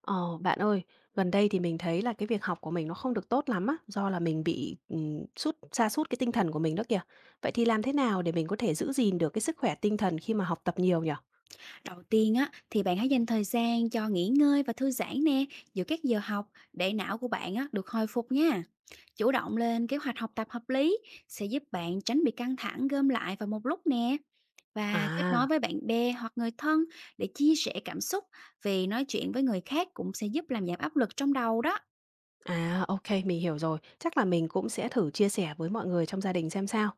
Ờ, Bạn ơi, gần đây thì mình thấy là cái việc học của mình nó không được tốt lắm á, do là mình bị, sa sút cái tinh thần của mình đó kìa. Vậy thì làm thế nào để mình có thể giữ gìn được cái sức khỏe tinh thần khi mà học tập nhiều nhỉ? Đầu tiên á thì bạn hãy dành thời gian cho nghỉ ngơi và thư giãn nè, giữa các giờ học để não của bạn á được hồi phục nha. Chủ động lên kế hoạch học tập hợp lý sẽ giúp bạn tránh bị căng thẳng gom lại vào một lúc nè, và kết À, nối với bạn bè hoặc người thân để chia sẻ cảm xúc, vì nói chuyện với người khác cũng sẽ giúp làm giảm áp lực trong đầu đó. à, ok, mình hiểu rồi. Chắc là mình cũng sẽ thử chia sẻ với mọi người trong gia đình xem sao.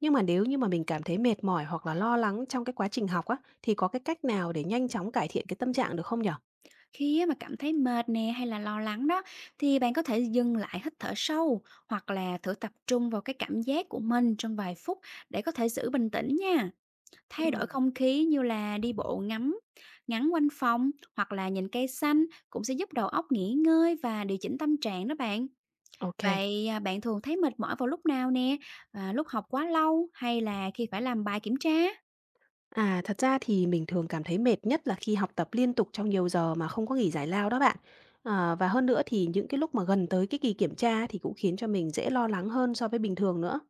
Nhưng mà nếu như mà mình cảm thấy mệt mỏi hoặc là lo lắng trong cái quá trình học á, thì có cái cách nào để nhanh chóng cải thiện cái tâm trạng được không nhỉ? Khi á mà cảm thấy mệt nè hay là lo lắng đó, thì bạn có thể dừng lại hít thở sâu, hoặc là thử tập trung vào cái cảm giác của mình trong vài phút để có thể giữ bình tĩnh nha. Thay đổi Ừm. không khí như là đi bộ ngắm, ngắn quanh phòng, hoặc là nhìn cây xanh cũng sẽ giúp đầu óc nghỉ ngơi và điều chỉnh tâm trạng đó bạn. Ô. Vậy à, bạn thường thấy mệt mỏi vào lúc nào nè? À, lúc học quá lâu, hay là khi phải làm bài kiểm tra? À, thật ra thì mình thường cảm thấy mệt nhất là khi học tập liên tục trong nhiều giờ mà không có nghỉ giải lao đó bạn. Ờ, và hơn nữa thì những cái lúc mà gần tới cái kỳ kiểm tra thì cũng khiến cho mình dễ lo lắng hơn so với bình thường nữa.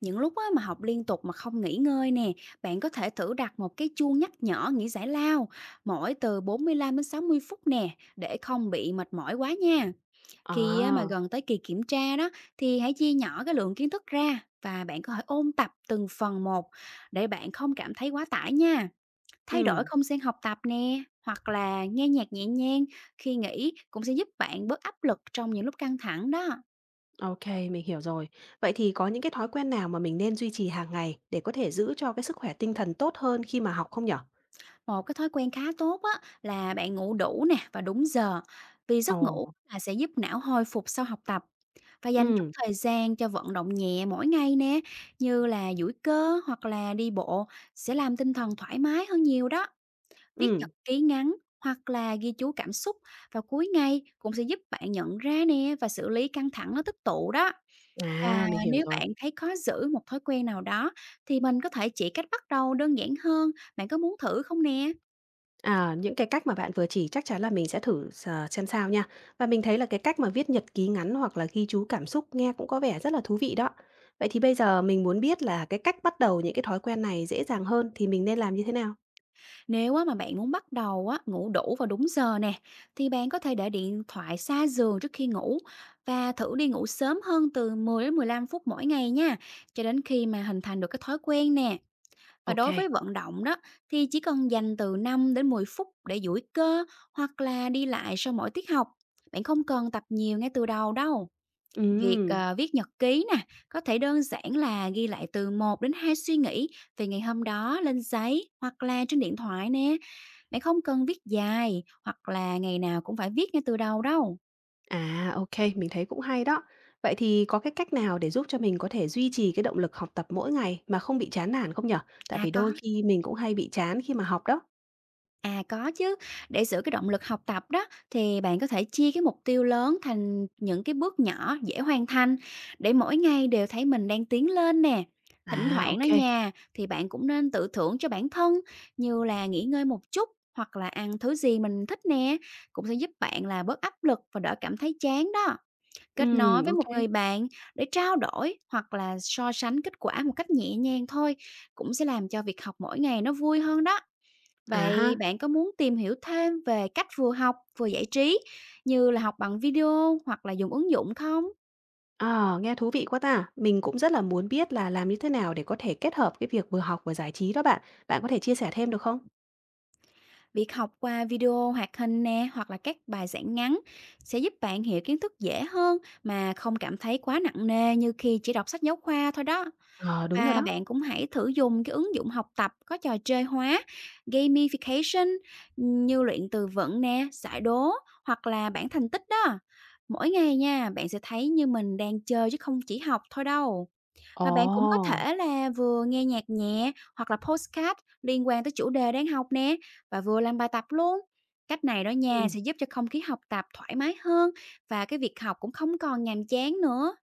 Những lúc á, mà học liên tục mà không nghỉ ngơi nè, bạn có thể thử đặt một cái chuông nhắc nhở nghỉ giải lao mỗi từ 45 đến 60 phút nè, để không bị mệt mỏi quá nha. Khi á mà À, gần tới kỳ kiểm tra đó, thì hãy chia nhỏ cái lượng kiến thức ra và bạn có thể ôn tập từng phần một để bạn không cảm thấy quá tải nha. Thay đổi ừm, không gian học tập nè, hoặc là nghe nhạc nhẹ nhàng khi nghỉ, cũng sẽ giúp bạn bớt áp lực trong những lúc căng thẳng đó. ok, mình hiểu rồi. Vậy thì có những cái thói quen nào mà mình nên duy trì hàng ngày để có thể giữ cho cái sức khỏe tinh thần tốt hơn khi mà học không nhở? Một cái thói quen khá tốt á là bạn ngủ đủ nè và đúng giờ, vì Ồ, giấc ngủ là sẽ giúp não hồi phục sau học tập. Và dành chút ừm, thời gian cho vận động nhẹ mỗi ngày nè, như là duỗi cơ hoặc là đi bộ, sẽ làm tinh thần thoải mái hơn nhiều đó. Viết nhật ừm. ký ngắn hoặc là ghi chú cảm xúc vào cuối ngày cũng sẽ giúp bạn nhận ra nè, và xử lý căng thẳng nó tích tụ đó. Và À, mình hiểu nếu rồi. bạn thấy khó giữ một thói quen nào đó, thì mình có thể chỉ cách bắt đầu đơn giản hơn. Bạn có muốn thử không nè? À, những cái cách mà bạn vừa chỉ chắc chắn là mình sẽ thử ờ, xem sao nha. Và mình thấy là cái cách mà viết nhật ký ngắn hoặc là ghi chú cảm xúc nghe cũng có vẻ rất là thú vị đó. Vậy thì bây giờ mình muốn biết là cái cách bắt đầu những cái thói quen này dễ dàng hơn thì mình nên làm như thế nào? Nếu á mà bạn muốn bắt đầu á, ngủ đủ vào đúng giờ nè, thì bạn có thể để điện thoại xa giường trước khi ngủ, và thử đi ngủ sớm hơn từ 10 đến 15 phút mỗi ngày nha, cho đến khi mà hình thành được cái thói quen nè. Và Ok. đối với vận động đó, thì chỉ cần dành từ 5 đến 10 phút để duỗi cơ, hoặc là đi lại sau mỗi tiết học. Bạn không cần tập nhiều ngay từ đầu đâu. Việc Ừm, viết nhật ký nè, có thể đơn giản là ghi lại từ 1 đến 2 suy nghĩ về ngày hôm đó lên giấy hoặc là trên điện thoại nè, bạn không cần viết dài, hoặc là ngày nào cũng phải viết ngay từ đầu đâu. OK, mình thấy cũng hay đó. Vậy thì có cái cách nào để giúp cho mình có thể duy trì cái động lực học tập mỗi ngày mà không bị chán nản không nhở? Tại À vì có. đôi khi mình cũng hay bị chán khi mà học đó. À có chứ, để giữ cái động lực học tập đó, thì bạn có thể chia cái mục tiêu lớn thành những cái bước nhỏ dễ hoàn thành, để mỗi ngày đều thấy mình đang tiến lên nè. Thỉnh À thoảng đó ok. nha, thì bạn cũng nên tự thưởng cho bản thân, như là nghỉ ngơi một chút, hoặc là ăn thứ gì mình thích nè, cũng sẽ giúp bạn là bớt áp lực và đỡ cảm thấy chán đó. Kết nối với OK. một người bạn để trao đổi hoặc là so sánh kết quả một cách nhẹ nhàng thôi, cũng sẽ làm cho việc học mỗi ngày nó vui hơn đó. À Vậy ha. bạn có muốn tìm hiểu thêm về cách vừa học vừa giải trí, như là học bằng video hoặc là dùng ứng dụng không? Ờ, nghe thú vị quá ta. Mình cũng rất là muốn biết là làm như thế nào để có thể kết hợp cái việc vừa học vừa giải trí đó bạn. Bạn có thể chia sẻ thêm được không? Việc học qua video hoạt hình nè, hoặc là các bài giảng ngắn, sẽ giúp bạn hiểu kiến thức dễ hơn, mà không cảm thấy quá nặng nề như khi chỉ đọc sách giáo khoa thôi đó. Ờ, đúng rồi Và đó. bạn cũng hãy thử dùng cái ứng dụng học tập có trò chơi hóa, gamification, như luyện từ vựng nè, giải đố, hoặc là bảng thành tích đó. Mỗi ngày nha, bạn sẽ thấy như mình đang chơi chứ không chỉ học thôi đâu. Ồ. Và bạn cũng có thể là vừa nghe nhạc nhẹ hoặc là podcast liên quan tới chủ đề đang học nè, và vừa làm bài tập luôn. Cách này đó nha, Ừm, sẽ giúp cho không khí học tập thoải mái hơn, và cái việc học cũng không còn nhàm chán nữa.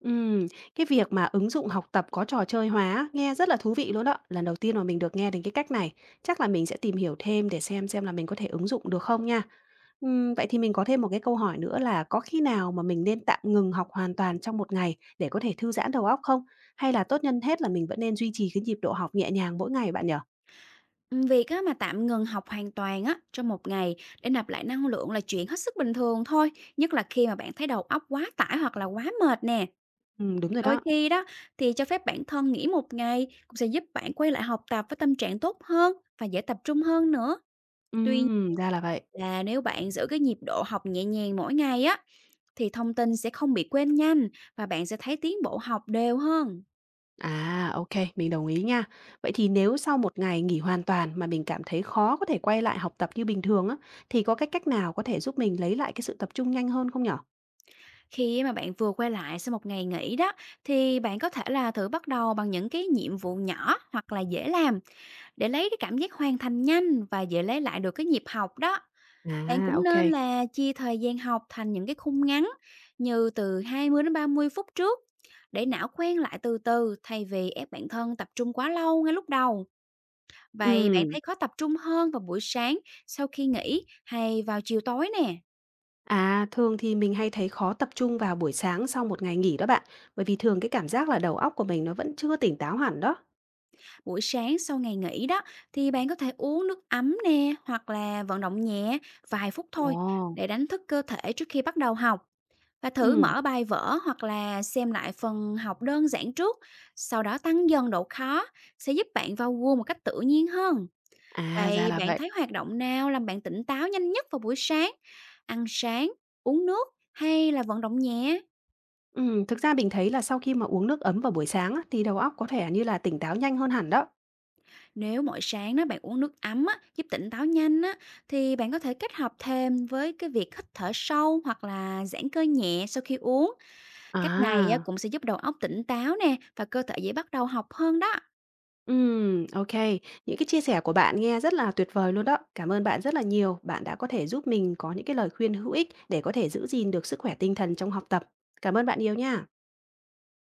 ừm, cái việc mà ứng dụng học tập có trò chơi hóa nghe rất là thú vị luôn đó. Lần đầu tiên mà mình được nghe đến cái cách này. Chắc là mình sẽ tìm hiểu thêm để xem là mình có thể ứng dụng được không nha. Vậy thì mình có thêm một cái câu hỏi nữa là có khi nào mà mình nên tạm ngừng học hoàn toàn trong một ngày để có thể thư giãn đầu óc không? Hay là tốt nhân hết là mình vẫn nên duy trì cái nhịp độ học nhẹ nhàng mỗi ngày bạn nhỉ? Việc á, mà tạm ngừng học hoàn toàn á, trong một ngày để nạp lại năng lượng, là chuyện hết sức bình thường thôi, nhất là khi mà bạn thấy đầu óc quá tải hoặc là quá mệt nè. Đúng rồi Đôi đó. khi đó, thì cho phép bản thân nghỉ một ngày cũng sẽ giúp bạn quay lại học tập với tâm trạng tốt hơn, và dễ tập trung hơn nữa. Tuy nhiên, Ra là vậy. là nếu bạn giữ cái nhịp độ học nhẹ nhàng mỗi ngày á, thì thông tin sẽ không bị quên nhanh, và bạn sẽ thấy tiến bộ học đều hơn. À, ok, mình đồng ý nha. Vậy thì nếu sau một ngày nghỉ hoàn toàn mà mình cảm thấy khó có thể quay lại học tập như bình thường á, thì có cái cách nào có thể giúp mình lấy lại cái sự tập trung nhanh hơn không nhỉ? Khi mà bạn vừa quay lại sau một ngày nghỉ đó, thì bạn có thể là thử bắt đầu bằng những cái nhiệm vụ nhỏ hoặc là dễ làm, để lấy cái cảm giác hoàn thành nhanh và dễ lấy lại được cái nhịp học đó. Bạn À, cũng ok, kê. nên là chia thời gian học thành những cái khung ngắn, như từ 20 đến 30 phút trước, để não quen lại từ từ, thay vì ép bản thân tập trung quá lâu ngay lúc đầu. Vậy bạn Ừm. thấy khó tập trung hơn vào buổi sáng sau khi nghỉ, hay vào chiều tối nè? À, thường thì mình hay thấy khó tập trung vào buổi sáng sau một ngày nghỉ đó bạn, bởi vì thường cái cảm giác là đầu óc của mình nó vẫn chưa tỉnh táo hẳn đó. Buổi sáng sau ngày nghỉ đó, thì bạn có thể uống nước ấm nè, hoặc là vận động nhẹ vài phút thôi, Ồ, để đánh thức cơ thể trước khi bắt đầu học, và thử ừm, mở bài vở hoặc là xem lại phần học đơn giản trước, sau đó tăng dần độ khó, sẽ giúp bạn vào gu một cách tự nhiên hơn. À, ra Vậy là bạn vậy. thấy hoạt động nào làm bạn tỉnh táo nhanh nhất vào buổi sáng? Ăn sáng, uống nước, hay là vận động nhẹ? Thực ra mình thấy là sau khi mà uống nước ấm vào buổi sáng á, thì đầu óc có thể như là tỉnh táo nhanh hơn hẳn đó. Nếu mỗi sáng đó bạn uống nước ấm á, giúp tỉnh táo nhanh á, thì bạn có thể kết hợp thêm với cái việc hít thở sâu hoặc là giãn cơ nhẹ sau khi uống. Cách này á, À, cũng sẽ giúp đầu óc tỉnh táo nè, và cơ thể dễ bắt đầu học hơn đó. Ô, những cái chia sẻ của bạn nghe rất là tuyệt vời luôn đó. Cảm ơn bạn rất là nhiều. Bạn đã có thể giúp mình có những cái lời khuyên hữu ích để có thể giữ gìn được sức khỏe tinh thần trong học tập. Cảm ơn bạn nhiều nha.